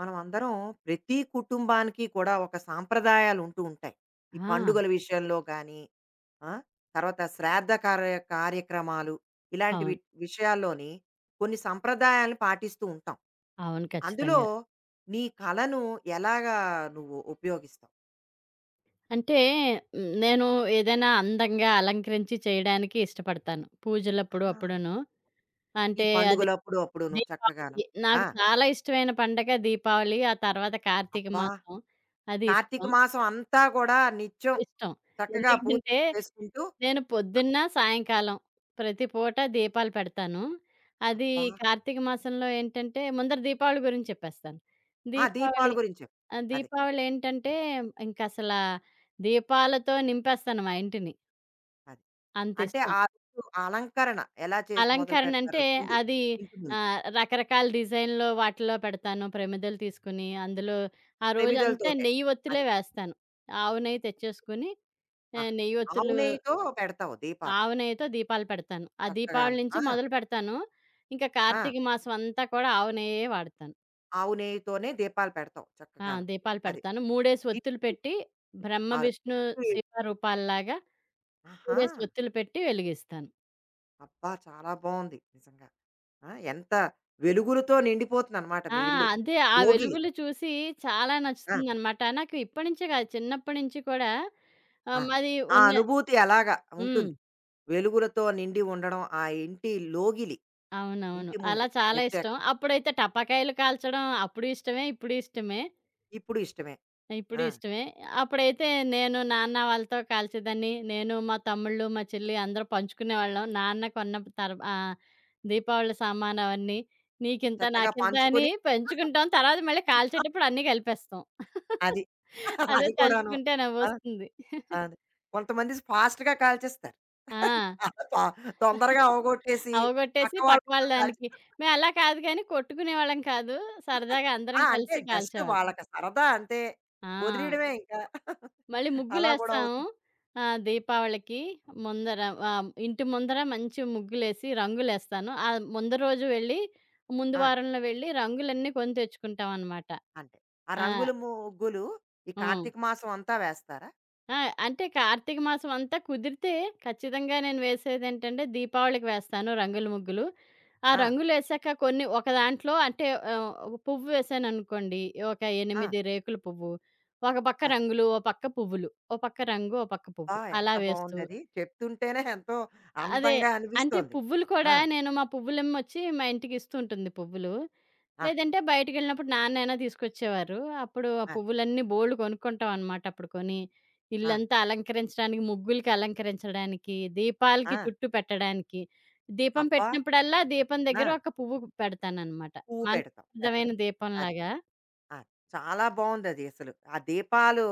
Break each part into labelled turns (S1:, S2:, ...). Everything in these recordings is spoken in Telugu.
S1: మనం అందరం ప్రతి కుటుంబానికి కూడా ఒక సాంప్రదాయాలు ఉంటూ ఉంటాయి. ఈ
S2: ఆ!
S1: పండుగల విషయంలో గానీ, ఆ! తర్వాత శ్రాద్ధ కార్యక్రమాలు ఇలాంటి వి
S2: అవును.
S1: విషయాల్లోని కొన్ని సంప్రదాయాలను పాటిస్తూ ఉంటాం.
S2: అవును.
S1: అందులో
S2: ఖచ్చితంగా.
S1: నీ కళను ఎలాగా నువ్వు ఉపయోగిస్తావు?
S2: అంటే నేను ఏదైనా అందంగా అలంకరించి చేయడానికి ఇష్టపడతాను. పూజలప్పుడు
S1: ఆహా!
S2: అప్పుడును.
S1: ఈ
S2: అంటే అది
S1: పండుగలప్పుడు అప్పుడును చక్కగాను.
S2: దీపావళి
S1: ఆ!
S2: నాకు చాలా ఇష్టమైన పండగ దీపావళి. ఆ తర్వాత కార్తీక
S1: అబ్బా!
S2: మాసం అది
S1: కార్తీక
S2: ఇష్టం.
S1: మాసం అంతా కూడా నిత్యం
S2: ఇష్టం.
S1: చక్కగా పూజలు
S2: ఎందుకంటే
S1: చేసుకుంటూ
S2: నేను పొద్దున్న, సాయంకాలం ప్రతి పూట దీపాలు పెడతాను. అది
S1: అబ్బా!
S2: కార్తీక మాసంలో ఏంటంటే ముందర దీపావళి గురించి చెప్పేస్తాను.
S1: ఆ! దీపాల
S2: దీపావళి
S1: గురించి చెప్పు.
S2: ఆ!
S1: అదే.
S2: దీపావళి ఏంటంటే ఇంకసలా దీపాలతో నింపేస్తాను మా ఇంటిని.
S1: అది. అంటే
S2: అంతిష్టం.
S1: ఆ రోజు అలంకరణ ఎలా చేసి మొదలు
S2: అలంకరణ
S1: పెడతారో
S2: అంటే
S1: ముందు,
S2: అది
S1: ఇంటి ముందు
S2: రకరకాల డిజైన్‌లో వాటిలో పెడతాను. ప్రమిదలు తీసుకొని అందులో ఆ రోజంతా
S1: ప్రమిదలతోటే.
S2: నెయ్యి ఒత్తులే
S1: అది.
S2: వేస్తాను. ఆవు నెయ్యి తెచ్చేసుకొని ఆహ్,
S1: ఆహా!
S2: నెయ్యి
S1: ఆవు
S2: ఒత్తులు
S1: నెయ్యితో పెడతావు దీపాలు
S2: ఆవు నెయ్యితో దీపాలు పెడతాను. ఆ దీపావళి
S1: చక్కగాను.
S2: నుంచి
S1: ఆ!
S2: మొదలు పెడతాను. ఇంకా
S1: ఆ!
S2: కార్తీక మాసం అంతా కూడా ఆవు నెయ్యే వాడతాను.
S1: ఆవు నెయ్యితోనే దీపాలు పెడతావు
S2: ఆ!
S1: చక్కగాను.
S2: దీపాలు
S1: అది.
S2: పెడతాను. 3 ఒత్తులు
S1: ఇటు
S2: పెట్టి బ్రహ్మ,
S1: ఆరు
S2: విష్ణు,
S1: ఇటు
S2: శివ రూపాల్లాగా 2
S1: ఆహా!
S2: డేస్ ఒత్తులు పెట్టి వెలిగిస్తాను.
S1: అబ్బా! చాలా బావుంది నిజంగా. ఆ! ఎంత వెలుగులతో నిండిపోతుందనమాట
S2: ఆ!
S1: మీ ఇల్లు.
S2: అంతే ఆ
S1: భోగిలి.
S2: వెలుగులు చూసి చాలా
S1: ఆ!
S2: నచ్చుతుందనమాట. నాకు ఇప్పటి నుంచే కాదు చిన్నప్పటి నుంచి కూడా
S1: ఆ!
S2: ఆహ్, మాది
S1: ఆ
S2: ఉన్న
S1: అనుభూతి ఎలాగా
S2: హ్మ్.
S1: ఉంటుంది? వెలుగులతో నిండి ఉండడం, ఆ ఇంటి లోగిలి
S2: అవునవును.
S1: ఇంటి ముందు
S2: అలా చాలా
S1: ప్రత్యేక
S2: ఇష్టం. అప్పుడైతే టపాకాయలు కాల్చడం అప్పుడు ఇష్టమే, ఇప్పుడు ఇష్టమే.
S1: ఇప్పుడు ఇష్టమే.
S2: ఇప్పుడు
S1: ఆ!
S2: ఇష్టమే. అప్పుడైతే నేను నాన్న వాళ్ళతో కాల్చేదాన్ని. నేను, మా తమ్ముళ్ళు, మా చెల్లి అందరూ పంచుకునేవాళ్ళం. నాన్న కొన్న దీపావళి సామాను అవన్నీ. నీకింత,
S1: చక్కగా
S2: నాకింత అని
S1: పంచుకొని
S2: పంచుకుంటాం. తర్వాత మళ్ళీ కాల్చేటప్పుడు అన్నీ కలిపేస్తాం.
S1: అది.
S2: అదే
S1: అది కూడాను.
S2: తలుచుకుంటే
S1: ఆ!
S2: నవ్వొస్తుంది.
S1: అది. కొంతమంది ఫాస్ట్‌గా కాల్చేస్తారు.
S2: ఆ!
S1: చాలా తొందరగా అవగొట్టేసి
S2: అవగొట్టేసి
S1: పక్క వాళ్ళు
S2: పక్క వాళ్ళ
S1: కూడా కాల్చే
S2: దానికి. మేం అలా కాదు గానీ కొట్టుకునేవాళ్ళం కాదు. సరదాగా
S1: ఆ!
S2: అందరం
S1: అంటే
S2: కలిసి
S1: జస్ట్
S2: కాల్చేవాళ్ళం.
S1: వాళ్ళకి సరదా అంతే.
S2: ఆ!
S1: వదిలేయడమే ఇంకా.
S2: మళ్ళీ
S1: అలా కూడా
S2: ముగ్గులేస్తాము.
S1: అవుతుంది.
S2: ఆ! దీపావళికి ముందర ఇంటి ముందర మంచి ముగ్గులేసి రంగులేస్తాను. ఆహ్, ముందు రోజు వెళ్ళి, ముందు
S1: ఆ!
S2: వారంలో వెళ్ళి రంగులన్నీ కొని తెచ్చుకుంటామనమాట.
S1: అంతే. ఆ
S2: ఆ!
S1: రంగుల ముగ్గులు ఈ
S2: హ్మ్.
S1: కార్తీక మాసం అంతా వేస్తారా?
S2: ఆ! అంటే కార్తీక మాసం అంతా కుదిరితే ఖచ్చితంగా నేను వేసేదేంటంటే దీపావళికి వేస్తాను రంగుల ముగ్గులు. ఆ
S1: ఆ!
S2: రంగులేసాక కొన్ని ఒక దాంట్లో అంటే ఒక పువ్వు వేసాననుకోండి, ఒక
S1: ఆ!
S2: 8 రేకుల పువ్వు. ఒక పక్క
S1: అది.
S2: రంగులు, ఓ పక్క పువ్వులు. ఓ పక్క రంగు, ఓ పక్క
S1: ఆ!
S2: పువ్వు
S1: ఎంత
S2: అలా వేస్తూ
S1: బావుందది. చెప్తుంటేనే ఎంతో
S2: అదే.
S1: అందంగా
S2: అంటే
S1: అనిపిస్తోంది.
S2: పువ్వులు కూడా
S1: ఆ!
S2: నేను మా పువ్వులమ్మొచ్చి మా ఇంటికి ఇస్తూ ఉంటుంది పువ్వులు.
S1: ఆహా!
S2: లేదంటే బయటికెళ్ళినప్పుడు నాన్నైనా తీసుకొచ్చేవారు. అప్పుడు ఆ
S1: అది.
S2: పువ్వులన్నీ బోలెడు కొనుక్కుంటాం అనమాట అప్పుడు కొని.
S1: ఆ!
S2: ఇల్లంతా అలంకరించడానికి, ముగ్గులకి అలంకరించడానికి,
S1: ఆ!
S2: దీపాలకి చుట్టూ పెట్టడానికి. దీపం
S1: అబ్బా!
S2: పెట్టినప్పుడల్లా దీపం
S1: ఆ!
S2: దగ్గర ఒక పువ్వు పెడతాననమాట.
S1: పువ్వు పెడతాం. పెట్టడం.
S2: మంగళప్రదమైన
S1: అది.
S2: దీపంలాగా.
S1: అది. చాలా బావుందది అసలు. ఆ దీపాలు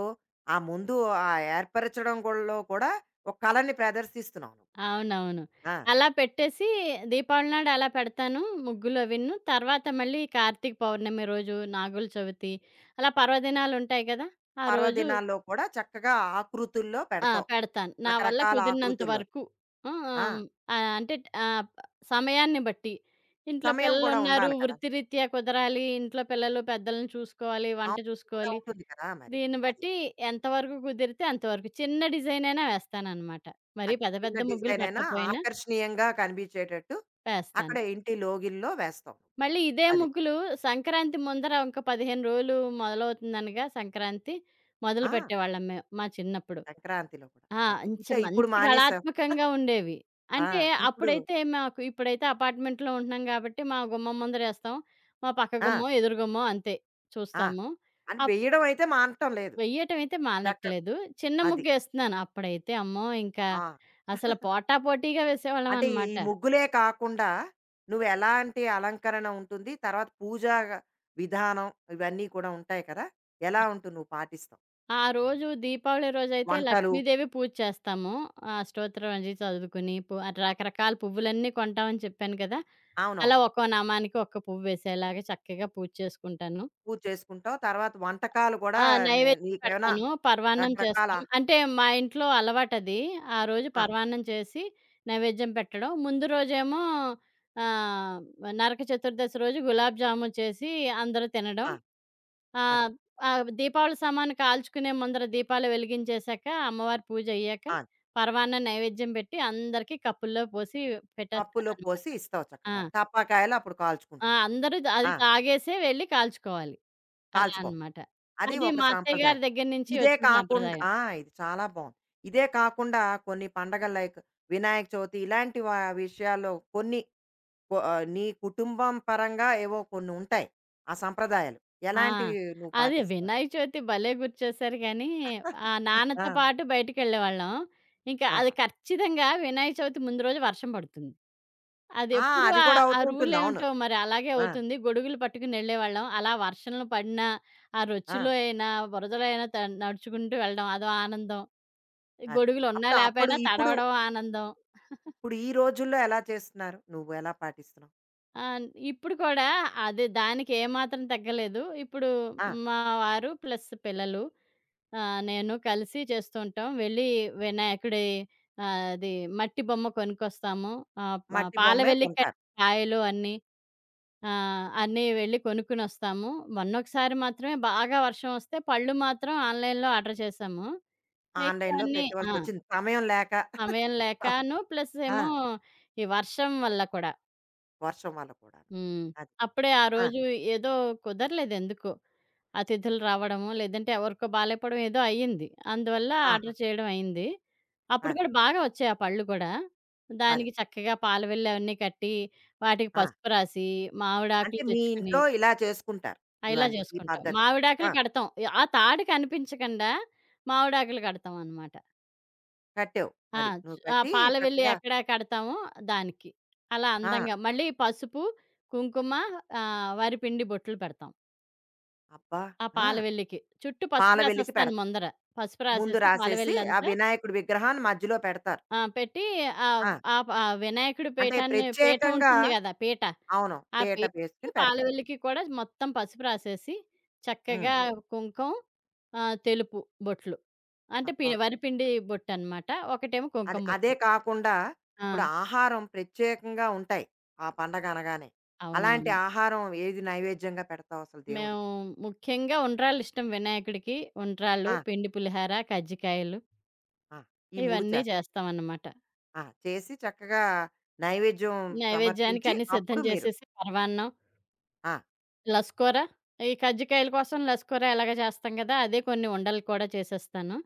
S1: ఆ ముందు ఆ ఏర్పరచడం గూడలో కూడా ఒక కళని ప్రదర్శిస్తున్నావు నువ్వు.
S2: అవునవును.
S1: ఆ!
S2: అలా పెట్టేసి దీపావళి నాడు అలా పెడతాను ముగ్గులవిను. తర్వాత మళ్ళీ కార్తీక పౌర్ణమి రోజు, నాగుల చవితి అలా పర్వదినాలుంటాయి గదా! ఆ రోజు
S1: పర్వదినాల్లో కూడా చక్కగా ఆకృతుల్లో
S2: ఆ!
S1: పెడతావు.
S2: పెడతాను. నా వల్ల
S1: రకరకాల
S2: కుదిరినంత
S1: ఆకృతుల్లో.
S2: వరకు ఆ!
S1: ఆ!
S2: ఆహ్, ఆహ్, అంటే ఆహ్, సమయాన్ని బట్టి. ఇంట్లో
S1: సమయం కూడా
S2: పిల్లలున్నారు,
S1: ఉండాలి కదా!
S2: వృత్తిరీత్యా కుదరాలి, ఇంట్లో పిల్లలు పెద్దలను చూసుకోవాలి, వంట
S1: అవును. అది కూడా
S2: చూసుకోవాలి.
S1: ఉంటుంది కదా! మరి.
S2: దీన్ని
S1: అది.
S2: బట్టి ఎంతవరకు కుదిరితే అంతవరకు. చిన్న డిజైనైనా వేస్తాననమాట. మరీ
S1: అది.
S2: పెద్ద
S1: చిన్న
S2: పెద్ద ముగ్గులు
S1: డిజైన్ అయినా
S2: పెట్టకపోయినా
S1: ఆకర్షణీయంగా కనిపించేటట్టు అక్కడ
S2: వేస్తాను.
S1: ఇంటి లోగిలిలో వేస్తావు.
S2: మళ్ళీ ఇదే
S1: అది.
S2: ముగ్గులు సంక్రాంతి ముందర ఇంక 15 రోజులు మొదలవుతుందనగా సంక్రాంతి
S1: ఆ!
S2: మొదలుపెట్టేవాళ్ళం మేము మా చిన్నప్పుడు.
S1: సంక్రాంతిలో కూడా.
S2: ఆ!
S1: అది.
S2: మంచి
S1: ఇంకా ఇప్పుడు
S2: మంచి
S1: మానేసావు.
S2: కళాత్మకంగా ఉండేవి.
S1: ఆ!
S2: అంటే
S1: ఇప్పుడు
S2: అప్పుడైతే మాకు ఇప్పుడైతే అపార్ట్మెంట్‌లో ఉంటున్నాం కాబట్టి మా గుమ్మం ముందరేస్తాం. మా పక్క
S1: ఆ!
S2: గుమ్మం, ఎదురు గుమ్మం అంతే
S1: ఆ!
S2: చూస్తాము.
S1: అని
S2: అప్
S1: వెయ్యడం అయితే మానటం లేదు.
S2: వెయ్యటమయితే
S1: చక్క
S2: మానట్లేదు. చిన్న
S1: అది.
S2: ముగ్గేస్తున్నాను. అప్పుడైతే అమ్మో! ఇంకా
S1: ఆ!
S2: అసలు పోటాపోటీగా
S1: అంటే ఈ
S2: వేసేవాళ్ళమనమాట.
S1: ముగ్గులే కాకుండా నువ్వెలాంటి అలంకరణ ఉంటుంది? తర్వాత పూజా విధానం ఇవన్నీ కూడా ఉంటాయి కదా! ఎలా ఉంటుంది నువ్వు పాటిస్తావు?
S2: ఆ రోజు దీపావళి రోజైతే
S1: వంటలు
S2: లక్ష్మీదేవి పూజ చేస్తాము. ఆ స్తోత్రం అది చదువుకుని, ఆ రకరకాల పువ్వులన్నీ కొంటామని చెప్పాను కదా!
S1: అవునవును.
S2: అలా ఒక్కో నామానికి ఒక్క పువ్వేసేలాగా చక్కగా పూజ చేసుకుంటాను.
S1: పూజ చేసుకుంటావు. తర్వాత వంటకాలు కూడా
S2: ఆ!
S1: నే
S2: నైవేద్యం
S1: నీకేమైనా
S2: పెడతాను. పరవాన్నం
S1: రకరకాల
S2: చేస్తాం. అంటే మా ఇంట్లో అలవాటది. ఆ రోజు
S1: ఆ!
S2: పరవాన్నం చేసి నైవేద్యం పెట్టడం. ముందు రోజేమో ఆహ్, నరక చతుర్దశి రోజు గులాబ్ జామున్ చేసి అందరూ తినడం.
S1: ఆ!
S2: ఆ!
S1: అది.
S2: ఆ దీపావళి సామాను కాల్చుకునే ముందర దీపాలు వెలిగించేశాక, అమ్మవారి పూజ అయ్యాక,
S1: ఆ!
S2: పరవాన్న నైవేద్యం పెట్టి అందరికీ కప్పుల్లో పోసి
S1: పప్పులో
S2: పెట్టేస్తారనమాట.
S1: పోసి ఇస్తావు
S2: ఆ!
S1: చక్కగా. టపాకాయలు అప్పుడు
S2: ఆ!
S1: కాల్చుకుంటారు.
S2: అందరూ అది
S1: ఆ!
S2: తాగేసే వెళ్లి కాల్చుకోవాలి. అలా
S1: కాల్చుకోవాలి.
S2: అనమాట.
S1: అది
S2: అది
S1: ఒక
S2: మా అత్తయ్య
S1: సాంప్రదాయం.
S2: గారి దగ్గర నుంచి
S1: ఇదే
S2: వచ్చిన
S1: కాకుండా
S2: సాంప్రదాయం.
S1: ఆ! ఇది చాలా బావుంది. ఇదే కాకుండా కొన్ని పండగలు లైక్ వినాయక చవితి ఇలాంటి విషయాల్లో కొన్ని నీ కుటుంబం పరంగా ఏవో కొన్ని ఉంటాయి. ఆ సంప్రదాయాలు.
S2: ఆ!
S1: ఎలాంటివి నువ్వు
S2: అదే
S1: పాటిస్తావు?
S2: వినాయక చవితి భలే గుర్తుచేశారు గానీ, నాన్నతో
S1: ఆ!
S2: పాటు బయటికెళ్ళేవాళ్ళం. ఇంకా అది
S1: ఆహా!
S2: ఖచ్చితంగా వినాయక చవితి ముందు రోజు వర్షం పడుతుంది.
S1: ఆ!
S2: అదెప్పుడు
S1: అది కూడా
S2: ఆ
S1: అవుతూ
S2: రూల్
S1: ఉంటుంది. అవును.
S2: ఏమిటో మరి అలాగే
S1: ఆ!
S2: అవుతుంది. గొడుగులు పట్టుకుని ఎళ్ళేవాళ్ళం. అలా వర్షంలో పడినా, ఆ
S1: ఆ!
S2: రొచ్చులో అయినా, బురదలో అయినా నడుచుకుంటూ వెళ్ళడం అదో ఆనందం.
S1: అది.
S2: గొడుగులున్నా
S1: అప్పుడు అప్పుడు
S2: లేపోయినా
S1: ఇప్పుడు
S2: తడవడం ఆనందం.
S1: ఇప్పుడు ఈ రోజుల్లో ఎలా చేస్తున్నారు? నువ్వు ఎలా పాటిస్తున్నావు?
S2: ఆ! ఇప్పుడు కూడా అది దానికేమాత్రం తగ్గలేదు. ఇప్పుడు
S1: ఆ!
S2: మా వారు ప్లస్ పిల్లలు నేను కలిసి చేస్తూ ఉంటాం. వెళ్ళి వినాయకుడి ఆహ్, అది మట్టి బొమ్మ కొనుక్కొస్తాము. ఆహ్, ప
S1: మట్టి బొమ్మే
S2: పాలవెల్లి
S1: కొంటారు.
S2: కాయలు అన్నీ అన్నీ వెళ్ళి కొనుక్కొనొస్తాము. మొన్నొకసారి మాత్రమే బాగా వర్షం వస్తే పళ్ళు మాత్రం ఆన్‌లైన్‌లో ఆర్డర్ చేశాము.
S1: ఆన్‌లైన్‌లో
S2: మిగతావన్నీ ఆ!
S1: పెట్టవలసొచ్చింది. సమయం లేక.
S2: సమయం లేకను ప్లస్
S1: ఆ!
S2: ఏమో ఈ వర్షం వల్ల కూడా.
S1: వర్షం వల్ల కూడాను.
S2: హ్మ్.
S1: అది.
S2: అప్పుడే ఆ
S1: ఆ!
S2: రోజు ఏదో కుదరలేదెందుకో. అతిథులు రావడమో, లేదంటే ఎవరికో బాలేపోవడం ఏదో అయ్యింది. అందువల్ల
S1: ఆహా!
S2: ఆర్డర్ చేయడం అయింది. అప్పుడు
S1: అదే.
S2: కూడా బాగా వచ్చాయి ఆ పళ్ళు కూడా.
S1: అదే.
S2: దానికి చక్కగా పాలవెల్లి అవన్నీ కట్టి, వాటికి
S1: ఆ!
S2: పసుపు రాసి,
S1: అంటే
S2: మావిడాకులు
S1: మీ
S2: తెచ్చుకొని
S1: ఇంట్లో ఇలా చేసుకుంటారు.
S2: ఇలా
S1: ఇవన్నీ ఈ
S2: జేసుకుంటాం.
S1: పద్ధతి. ఆ!
S2: మావిడాకులు కడతాం. ఆ తాడు కనిపించకుండా మావిడాకులు కడతామనమాట.
S1: కట్టావు.
S2: ఆ!
S1: అది. నువ్వు
S2: ఆ!
S1: కట్టి
S2: పాల వెల్లి
S1: చక్కగా
S2: ఎక్కడ కడతామో దానికి. అలా
S1: ఆ!
S2: అందంగా మళ్ళీ పసుపు, కుంకుమ వరిపిండి బొట్లు పెడతాం.
S1: అబ్బా!
S2: ఆ
S1: ఆ!
S2: పాల వెల్లికి. చుట్టూ పసుపు
S1: పాల వెల్లికి
S2: రాసేస్తాను
S1: పెడతారు.
S2: ముందర. పసుపు
S1: ముందు
S2: రాసేసి
S1: రాసేసి ఆ
S2: పాలవెల్లంతా
S1: వినాయకుడి విగ్రహాన్ని మధ్యలో పెడతారు.
S2: ఆ! పెట్టి ఆహ్,
S1: ఆ!
S2: ఆ ప ఆ వినాయకుడి
S1: అంటే
S2: పీఠ
S1: ప్రత్యేకంగా
S2: ఉంటుంది గదా! పీట.
S1: అవును.
S2: ఆ
S1: పీట
S2: పీటకి
S1: వేసుకొని పెడతారు.
S2: పాలవెల్లికి కూడా మొత్తం పసుపు రాసేసి
S1: హ్మ్.
S2: చక్కగా కుంకం తెలుపు బొట్లు. అంటే
S1: అబ్బా!
S2: వరిపిండి బొట్టనమాట. ఒకటేమో
S1: అది
S2: కుంకుమ
S1: అదే
S2: బొట్టు.
S1: కాకుండా
S2: ఆ!
S1: ఇప్పుడు ఆహారం ప్రత్యేకంగా ఉంటాయి. ఆ పండగ అనగానే. అలాంటి
S2: అవునవును.
S1: ఆహారం ఏది నైవేద్యంగా పెడతావు అసలు
S2: మేము
S1: దేవుడికి?
S2: ముఖ్యంగా ఉండ్రాళ్ళిష్టం వినాయకుడికి. ఉండ్రాళ్ళు,
S1: ఆ!
S2: పిండి పులిహార, కజ్జికాయలు
S1: ఆ! ఈ 3
S2: ఇవన్నీ
S1: చేస్తాం.
S2: చేస్తామనమాట.
S1: ఆ! చేసి చక్కగా నైవేద్యం
S2: నైవేద్యానికి
S1: సమర్పించి
S2: అన్నీ సిద్ధం
S1: అప్పుడు మీరు
S2: చేసేసి పరమాన్నం,
S1: ఆ!
S2: లస్కూర ఈ కజ్జికాయల కోసం లస్కూర ఎలాగో చేస్తాం కదా! అదే కొన్ని ఉండలు కూడా చేసేస్తాను.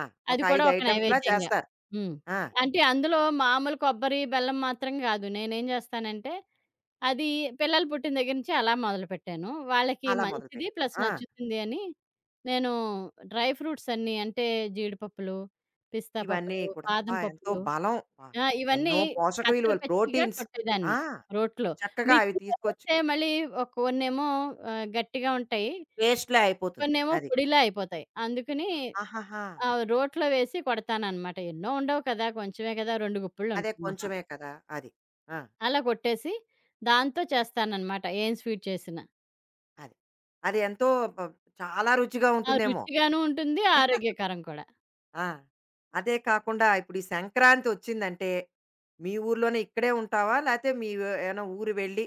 S1: ఆ! ఒక
S2: అది కూడా
S1: 5
S2: ఒక
S1: ఐటెమ్స్‌లా
S2: నైవేద్యంగా.
S1: చేస్తారు.
S2: హ్మ్.
S1: ఆ!
S2: అంటే అందులో మామూలు కొబ్బరి, బెల్లం మాత్రం గాదు. నేనేం జేస్తానంటే అది పిల్లలు పుట్టిన దగ్గర నుంచి అలా మొదలుపెట్టాను. వాళ్ళకి
S1: అలా
S2: మంచిది
S1: మొదలుపెట్టాం.
S2: ప్లస్
S1: ఆ!
S2: నచ్చుతుంది అని నేను డ్రై ఫ్రూట్స్ అన్నీ అంటే జీడిపప్పులు, పిస్తా
S1: ఇవన్నీ
S2: పప్పులు,
S1: కూడా అబ్బా!
S2: బాదం
S1: ఎంతో
S2: పప్పులు
S1: బలం. ఆ!
S2: ఆ! ఇవన్నీ
S1: ఎన్నో పోషక
S2: కచ్చా
S1: విలువలు
S2: పచ్చిగా
S1: ప్రోటీన్స్. ఆ!
S2: కొట్టేదాన్ని రోట్లో.
S1: చక్కగా అవి
S2: మిక్సీ
S1: తీసుకొచ్చి
S2: పట్టేస్తే మళ్ళీ కొన్నేమో గట్టిగా ఉంటాయి.
S1: పేస్ట్‌లా అయిపోతుంది.
S2: కొన్నేమో
S1: అది.
S2: పొడిలా అయిపోతాయి. అందుకని
S1: ఆహాహా!
S2: రోట్లో వేసి కొడతాననమాట. ఎన్నో ఉండవు కదా! కొంచెమే కదా! 2
S1: అదే
S2: గుప్పిళ్ళుంటాయి మహా.
S1: కొంచెమే కదా! అది. ఆ!
S2: అలా కొట్టేసి దాంతో చేస్తాననమాట ఏం స్వీట్ చేసినా.
S1: అది. అది ఎంతో బ చాలా రుచిగా
S2: ఆ!
S1: ఉంటుందేమో.
S2: రుచిగాను ఉంటుంది. ఆరోగ్యకరం కూడా.
S1: ఆ! అదే కాకుండా ఇప్పుడు ఈ సంక్రాంతి వచ్చిందంటే, మీ ఊర్లోనే ఇక్కడే ఉంటావా? లేతే ఏమైనా ఊరు వెళ్ళి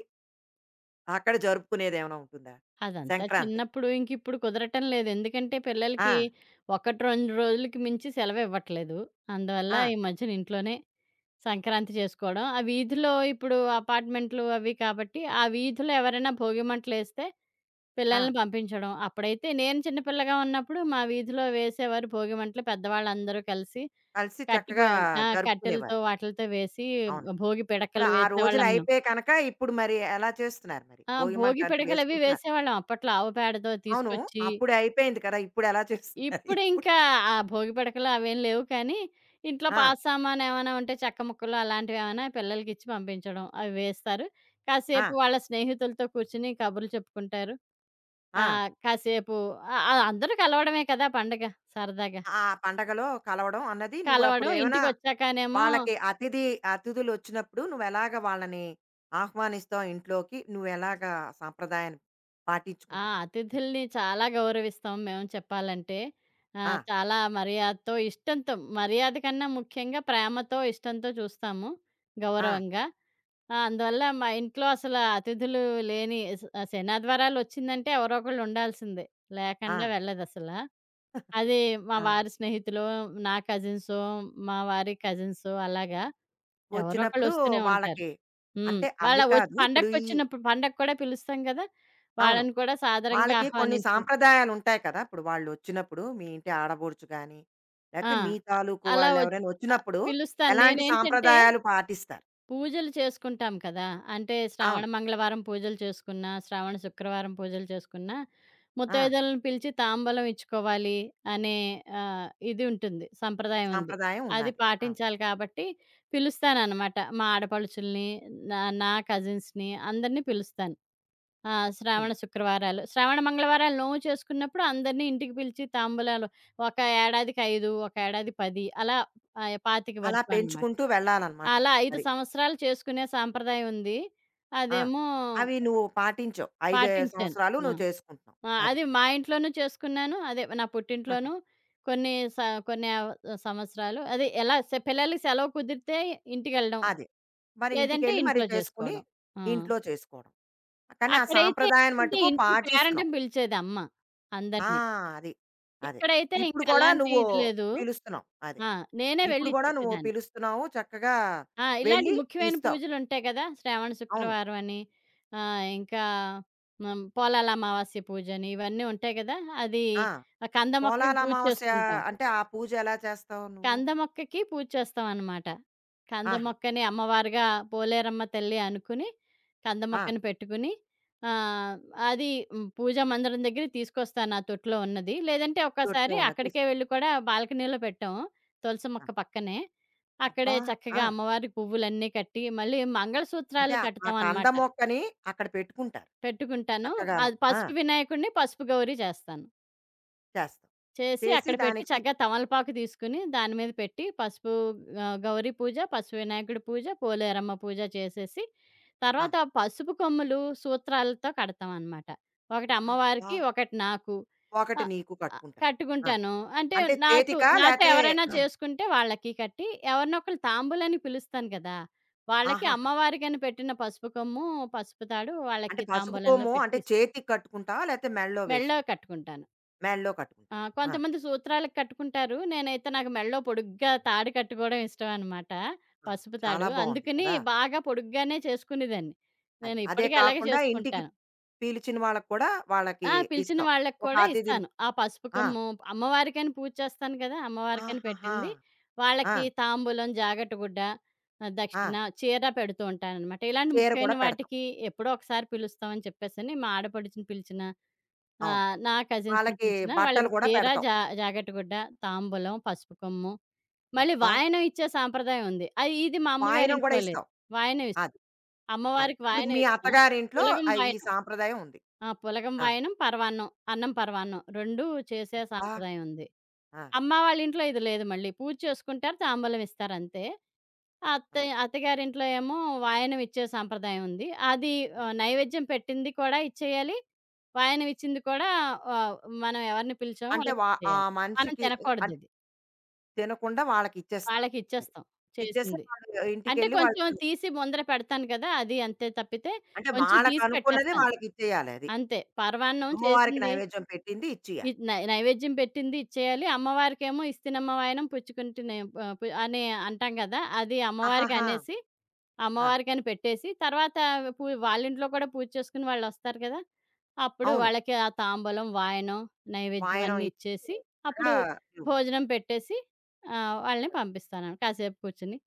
S1: అక్కడ జరుపుకునేదేమైనా ఉంటుందా?
S2: అదంతా
S1: సంక్రాంతి.
S2: చిన్నప్పుడు ఇంకిప్పుడు కుదరటం లేదు. ఎందుకంటే
S1: ఆ!
S2: పిల్లలకి 1, 2 రోజులకి మించి సెలవివ్వట్లేదు. అందువల్ల
S1: ఆ!
S2: ఈ మధ్యన ఇంట్లోనే సంక్రాంతి చేసుకోవడం. ఆ వీధిలో ఇప్పుడు అపార్ట్‌మెంట్లు అవి కాబట్టి, ఆ వీధిలో ఎవరైనా భోగి మంటలేస్తే
S1: ఆ!
S2: పిల్లల్ని పంపించడం. అప్పుడైతే నేను చిన్న పిల్లగా ఉన్నప్పుడు మా వీధిలో వేసేవారు భోగి మంటలు. పెద్దవాళ్ళందరూ కలిసి
S1: కలిసి చక్కగా
S2: కట్టిపోయా ఆ!
S1: జరుపుకునేవారు.
S2: కట్టెలతో వాటిలతో వేసి
S1: అవును.
S2: భోగి
S1: ఇప్పుడు
S2: పిడకలు
S1: ఆ రోజులు
S2: వేసేవాళ్ళం మేం.
S1: అయిపోయాయి కనుక ఇప్పుడు మరి ఎలా చేస్తున్నారు మరి?
S2: ఆ!
S1: భోగి మంట
S2: భోగి
S1: అంటూ
S2: పిడకలవి
S1: వేసుకుంటున్నారు.
S2: వేసేవాళ్ళం అప్పట్లో ఆవు పేడతో
S1: అవును.
S2: తీసుకొచ్చి.
S1: అప్పుడు అయిపోయింది కదా! ఇప్పుడెలా చేస్తున్నారు? ఇప్పుడు?
S2: ఇప్పుడింకా ఆ భోగి పిడకలు అవేం లేవు కానీ, ఇంట్లో
S1: ఆ!
S2: పాత సామానేమైనా ఉంటే చెక్క ముక్కలు అలాంటివేమైనా పిల్లలకిచ్చి పంపించడం. అవి వేస్తారు. కాసేపు
S1: ఆ!
S2: వాళ్ళ స్నేహితులతో కూర్చొని కబుర్లు చెప్పుకుంటారు.
S1: ఆ!
S2: ఆహ్, కాసేపు ఆహ్, ఆహ్, అందరూ కలవడమే కదా పండగ సరదాగా.
S1: ఆ పండగలో కలవడం అన్నది నువ్వు అప్పుడు
S2: కలవడం
S1: ఏమైనా
S2: ఇంటికొచ్చాకనేమో
S1: వాళ్ళకి అతిథి అతిథులు వచ్చినప్పుడు నువ్వు ఎలాగ వాళ్ళని ఆహ్వానిస్తావు ఇంట్లోకి నువ్వు ఎలాగ సాంప్రదాయాన్ని
S2: ఆ!
S1: పాటించుకుంటారు
S2: అతిథుల్ని చాలా గౌరవిస్తాం మేము చెప్పాలంటే.
S1: ఆ,
S2: చాలా మర్యాదతో, ఇష్టంతో మర్యాద కన్నా ముఖ్యంగా ప్రేమతో, ఇష్టంతో చూస్తాము
S1: ఆ,
S2: గౌరవంగా. ఆ! అందువల్ల మా ఇంట్లో అసలు అతిథులు లేని స్ శనాద్వారాలొచ్చిందంటే ఎవరో ఒకళ్ళు ఉండాల్సిందే.
S1: ఆ,
S2: లేకుండా వెళ్ళదసల. అది మా
S1: ఆ.
S2: వారి స్నేహితులో, నా కజిన్సో, మా వారి కజిన్సో అలాగా ఎవరో
S1: వచ్చినప్పుడు
S2: ఒకళ్ళొస్తూనే ఉంటారు.
S1: వాళ్ళకి
S2: హ్మ్.
S1: అంటే
S2: వాళ్ళ
S1: అది
S2: వచ్చి
S1: కాదు ఇప్పుడు ఈ
S2: పండగకొచ్చినప్పుడు పండగ కూడా పిలుస్తాం గదా!
S1: అవును
S2: వాళ్ళని కూడా సాదరంగా
S1: వాళ్ళకి కొన్ని
S2: ఆహ్వానించి
S1: సాంప్రదాయాలు ఉంటాయి కదా ఇప్పుడు వాళ్ళు వచ్చినప్పుడు మీ ఇంటి ఆడబోడుచు కానీ
S2: ఆ!
S1: లేకపోతే మీ
S2: అ
S1: తాలూకు
S2: అలా
S1: వాళ్ళు
S2: వచ్చి
S1: ఎవరైనా
S2: ఆ!
S1: వచ్చినప్పుడు
S2: పిలుస్తాను.
S1: ఎలాంటి
S2: నేనేంటంటే
S1: సాంప్రదాయాలు పాటిస్తారు
S2: పూజలు చేసుకుంటాం కదా! అంటే
S1: అవును
S2: శ్రావణ మంగళవారం పూజలు చేసుకున్నా, శ్రావణ శుక్రవారం పూజలు చేసుకున్నా,
S1: ఆ,
S2: ముత్తైదువలని పిలిచి తాంబూలం ఇచ్చుకోవాలి అనే ఇది ఉంటుంది. సంప్రదాయం ఉంది.
S1: సాంప్రదాయం
S2: అది
S1: ఉన్నది
S2: పాటించాలి కాబట్టి పిలుస్తాననమాట. మా ఆడపడుచుల్ని, నా నా కజిన్స్‌ని అందరిని పిలుస్తాను. ఆ!
S1: అవును
S2: శ్రావణ శుక్రవారాలు. శ్రావణ మంగళవారాలు నోము చేసుకున్నప్పుడు అందరిని ఇంటికి పిలిచి తాంబూలాలు ఒక ఏడాదికి 5, ఒక ఏడాది 10 అలా 25
S1: అలా
S2: వరకు అనమాట.
S1: పెంచుకుంటూ వెళ్ళాలనమాట.
S2: అలా 5
S1: అది.
S2: సంవత్సరాలు చేసుకునే సాంప్రదాయం ఉంది.
S1: ఆ!
S2: అదేమో
S1: అవి నువ్వు పాటించావు. 5
S2: పాటించాను.
S1: సంవత్సరాలు
S2: ఆ!
S1: నువ్వు చేసుకుంటున్నావు.
S2: ఆ!
S1: అది.
S2: అది మా ఇంట్లోనూ చేసుకున్నాను. అదే నా
S1: ఆహా!
S2: పుట్టింట్లోనూ కొన్ని స కొన్ని సంవత్సరాలు అదే ఎలా పిల్లలకి సెలవు కుదిరితే ఇంటికెళ్ళడం.
S1: అది. మరి
S2: లేదంటే
S1: ఇంటికెళ్ళి మరి
S2: ఇంట్లో
S1: చేసుకొని,
S2: చేసుకోవడం. ఆ!
S1: ఇంట్లో చేసుకోవడం. కానీ ఆ
S2: అక్కడైతే
S1: సాంప్రదాయాన్ని
S2: ఏంటంటే
S1: మట్టుకు
S2: ఇంటికి
S1: పాటిస్తున్నావు.
S2: పేరంటని పిలిచేది అమ్మ
S1: ఆ!
S2: అందరిని.
S1: అది. అదే.
S2: ఇక్కడైతే ఇంక
S1: ఇప్పుడు కూడా
S2: అలాంటి
S1: నువ్వు
S2: ఇది లేదు.
S1: పిలుస్తున్నావు. అదే.
S2: ఆ! నేనే
S1: ఇప్పుడు
S2: వెళ్లి
S1: కూడా నువ్వు
S2: ఇచ్చేసేదాన్ని.
S1: పిలుస్తున్నావు. చక్కగా
S2: ఆ! ఇలాంటి
S1: వెళ్ళి
S2: ముఖ్యమైన
S1: ఇస్తావు.
S2: పూజలుంటాయి కదా! శ్రావణ
S1: అవును.
S2: శుక్రవారం అని, ఆహ్, ఇంకా పోలాల అమావాస్య పూజని ఇవన్నీ ఉంటాయి కదా! అది
S1: ఆ!
S2: ఆ కంద మొక్కకి
S1: పోలాల
S2: పూజ
S1: అమావాస్య
S2: చేసుకుంటాం.
S1: అంటే, ఆ పూజ ఎలా చేస్తావు నువ్వు?
S2: కంద మొక్కకి పూజ చేస్తామనమాట. కంద
S1: ఆహా!
S2: మొక్కని అమ్మవారుగా పోలేరమ్మ తల్లి అనుకుని, కంద
S1: ఆ!
S2: మొక్కని పెట్టుకుని ఆహ్, పూజా మందిరం దగ్గరికి తీసుకొస్తాను. నా తొట్టిలో ఉన్నది. లేదంటే
S1: తొట్టిలో
S2: ఒక్కోసారి
S1: ఉన్నది
S2: అక్కడికే వెళ్లి కూడా బాల్కనీలో పెట్టాం. తులసి
S1: తీసుకుంటాం.
S2: మొక్క పక్కనే. అక్కడే
S1: అబ్బా! ఆ!
S2: చక్కగా అమ్మవారికి పువ్వులన్నీ కట్టి, మళ్ళీ
S1: అంటే
S2: మంగళసూత్రాలు
S1: ఆ ఆ కంద
S2: కడతామనమాట.
S1: మొక్కని అక్కడ పెట్టుకుంటారు
S2: పెట్టుకుంటాను.
S1: చక్కగాను.
S2: అది
S1: ఆ!
S2: పసుపు వినాయకుడిని, పసుపు గౌరి చేస్తాను.
S1: చేస్తాం.
S2: చేసి
S1: చేసి
S2: అక్కడ పెట్టి
S1: దానికి
S2: చక్కగా తమలపాకు తీసుకుని దాని మీద పెట్టి గౌరీ పూజ, పసుపు వినాయకుడి పూజ, పోలేరమ్మ పూజ చేసేసి,
S1: ఆ!
S2: తర్వాత ఆ పసుపు కొమ్ములు సూత్రాలతో కడతామనమాట. ఒకటి
S1: అబ్బా!
S2: అమ్మవారికి, ఒకటి నాకు.
S1: ఒకటి
S2: ఆహ్,
S1: నీకు
S2: ఆహ్,
S1: కట్టుకుంటారు. ఆ!
S2: కట్టుకుంటాను. అంటే
S1: అంటే
S2: నాకు
S1: చేతికా
S2: నాతో
S1: లేతే
S2: ఎవరైనా చేసుకుంటే వాళ్ళకి కట్టి, ఎవరినొకళ్ళు తాంబూలని పిలుస్తాను కదా! వాళ్ళకి
S1: ఆహాహా!
S2: అమ్మవారికని పెట్టిన పసుపు కొమ్ము, పసుపు తాడు
S1: అంటే
S2: వాళ్ళకి
S1: పసుపు
S2: తాంబూలంలో
S1: కొమ్ము
S2: పెట్టి
S1: అంటే చేతికి కట్టుకుంటావా? లేతే మెడలో
S2: మెడలో
S1: వేసుకు
S2: కట్టుకుంటాను.
S1: మెడలో
S2: ఆ!
S1: కట్టుకుంటారు. ఆ!
S2: కొంతమంది సూత్రాలకు కట్టుకుంటారు. నేనైతే నాకు మెడలో పొడుగ్గా తాడు కట్టుకోవడం ఇష్టం అనమాట.
S1: ఆ!
S2: పసుపు
S1: చాలా
S2: తాడు.
S1: బావుంది
S2: అందుకని
S1: కదా!
S2: బాగా పొడుగ్గానే చేసుకునేదాన్ని.
S1: అది.
S2: నేను
S1: అదే
S2: ఇప్పటికీ అలాగే
S1: కాకుండా ఇంటికి
S2: చేసుకుంటాను.
S1: పిలిచిన వాళ్ళకి కూడా వాళ్ళకి
S2: ఆ! పిలిచిన
S1: ఇస్తాం.
S2: వాళ్ళకి
S1: ఒక
S2: కూడా
S1: అతిథిని
S2: ఇస్తాను. ఆ పసుపు
S1: ఆ!
S2: కొమ్ము అమ్మవారికని పూజ చేస్తాను కదా! అమ్మవారికని
S1: ఆహాహా!
S2: పెట్టింది.
S1: ఆ!
S2: వాళ్ళకి తాంబూలం, జాగట గుడ్డ,
S1: ఆ!
S2: దక్షిణ, చీర పెడుతూ ఉంటాననమాట. ఇలాంటి
S1: చీర కూడా
S2: ముఖ్యమైన
S1: పెడతాం.
S2: వాటికి ఎప్పుడో ఒకసారి పిలుస్తామని చెప్పేసని మా ఆడపడుచుని పిలిచినా, ఆ!
S1: అవును.
S2: నా కజిన్స్‌ని
S1: వాళ్ళకి
S2: పిలిచినా
S1: బట్టలు
S2: వాళ్ళకి
S1: కూడా
S2: చీర,
S1: పెడతాం.
S2: జాకెట్ గుడ్డ, తాంబూలం, పసుపు కొమ్ము, మళ్ళీ
S1: అబ్బా!
S2: వాయనం ఇచ్చే సాంప్రదాయం ఉంది. అది ఇది మా
S1: వాయనం గూడా
S2: అమ్మగారింట్లో లేదు.
S1: ఇస్తాం.
S2: వాయనం ఇస్తాం.
S1: అది. అది.
S2: అమ్మవారికి
S1: ఇప్పుడు
S2: వాయనం
S1: మీ
S2: ఇస్తాం.
S1: అత్తగారింట్లో
S2: పులగం
S1: ఆహ్, ఈ
S2: వాయనం.
S1: సాంప్రదాయం ఉంది.
S2: ఆ! పులగం
S1: ఆ!
S2: వాయనం, పరవాన్నం. అన్నం, పరవాన్నం 2 చేసే
S1: అబ్బా!
S2: సాంప్రదాయం ఉంది.
S1: ఆ!
S2: అమ్మ వాళ్ళ ఇంట్లో ఇది లేదు మళ్ళీ. పూజ చేసుకుంటారు, తాంబూలం ఇస్తారు అంతే. అత్త
S1: ఆ!
S2: అత్తగారింట్లో ఏమో వాయనం ఇచ్చే సాంప్రదాయం ఉంది. అది నైవేద్యం పెట్టింది కూడా ఇచ్చేయాలి. వాయనం ఇచ్చింది కూడా ఆహ్, మనం ఎవరిని పిలిచామో
S1: అంటే వా ఆ
S2: వాళ్ళకిచ్చేయాలి. మనం
S1: మనిషికి అంటే
S2: తినకూడదది.
S1: తినకుండా వాళ్ళకిచ్చేస్తాం. అది.
S2: వాళ్ళకిచ్చేస్తాం
S1: ఇచ్చేస్తే
S2: చేసింది.
S1: వాళ్ళు
S2: అంటే
S1: ఇంటికెళ్ళి వాళ్ళు
S2: కొంచెం
S1: తినొచ్చు.
S2: తీసి ముందర పెడతాను కదా! అది అంతే తప్పితే
S1: అంటే
S2: కొంచెం తీసి
S1: వాళ్ళకనుకున్నది
S2: పెట్టేస్తాను.
S1: వాళ్ళకిచ్చేయాలి అది.
S2: అంతే. పరమాన్నం
S1: అమ్మవారికి
S2: చేసింది
S1: నైవేద్యం పెట్టింది ఇచ్చేయాలి.
S2: ఇద్ నై నైవేద్యం పెట్టింది ఇచ్చేయాలి. అమ్మవారికేమో ఇస్తినమ్మ వాయనం పుచ్చుకుంటినే ఆహ్, పు అని అంటాం కదా! అది
S1: ఆహాహా!
S2: అమ్మవారికనేసి
S1: ఆ!
S2: అమ్మవారికని పెట్టేసి, తర్వాత వాళ్ళింట్లో కూడా పూజ చేసుకుని వాళ్ళొస్తారు కదా! అప్పుడు
S1: అవును.
S2: వాళ్ళకి ఆ తాంబూలం, వాయనం, నైవేద్యం
S1: వాయనం
S2: అన్నీ ఇచ్చేసి,
S1: ఇచ్చి చక్కగా
S2: అప్పుడు
S1: ఇవ్వు.
S2: భోజనం పెట్టేసి వాళ్ళని పంపిస్తాను. కాసేపు కూర్చొని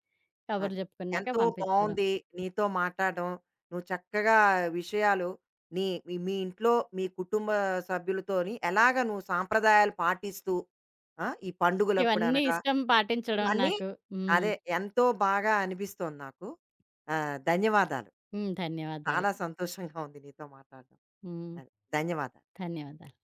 S2: కబుర్లు
S1: అదే.
S2: చెప్పుకున్నాక
S1: ఎంతో
S2: పంపించడం.
S1: బావుంది నీతో మాట్లాడడం. నువ్వు చక్కగా విషయాలు నీ మీ మీ ఇంట్లో మీ కుటుంబ సభ్యులతోని ఎలాగ నువ్వు సాంప్రదాయాలు పాటిస్తూ ఆ! ఈ పండుగలప్పుడు
S2: ఇవన్నీ
S1: అనగా
S2: ఇష్టం పాటించడం
S1: ఇవన్నీ
S2: నాకు. హ్మ్.
S1: అదే ఎంతో బాగా అనిపిస్తోంది నాకు. ఆహ్, ధన్యవాదాలు.
S2: హ్మ్. ధన్యవాదాలు.
S1: చాలా సంతోషంగా ఉంది నీతో మాట్లాడడం.
S2: హ్మ్.
S1: అదే. ధన్యవాదాలు.
S2: ధన్యవాదాలు.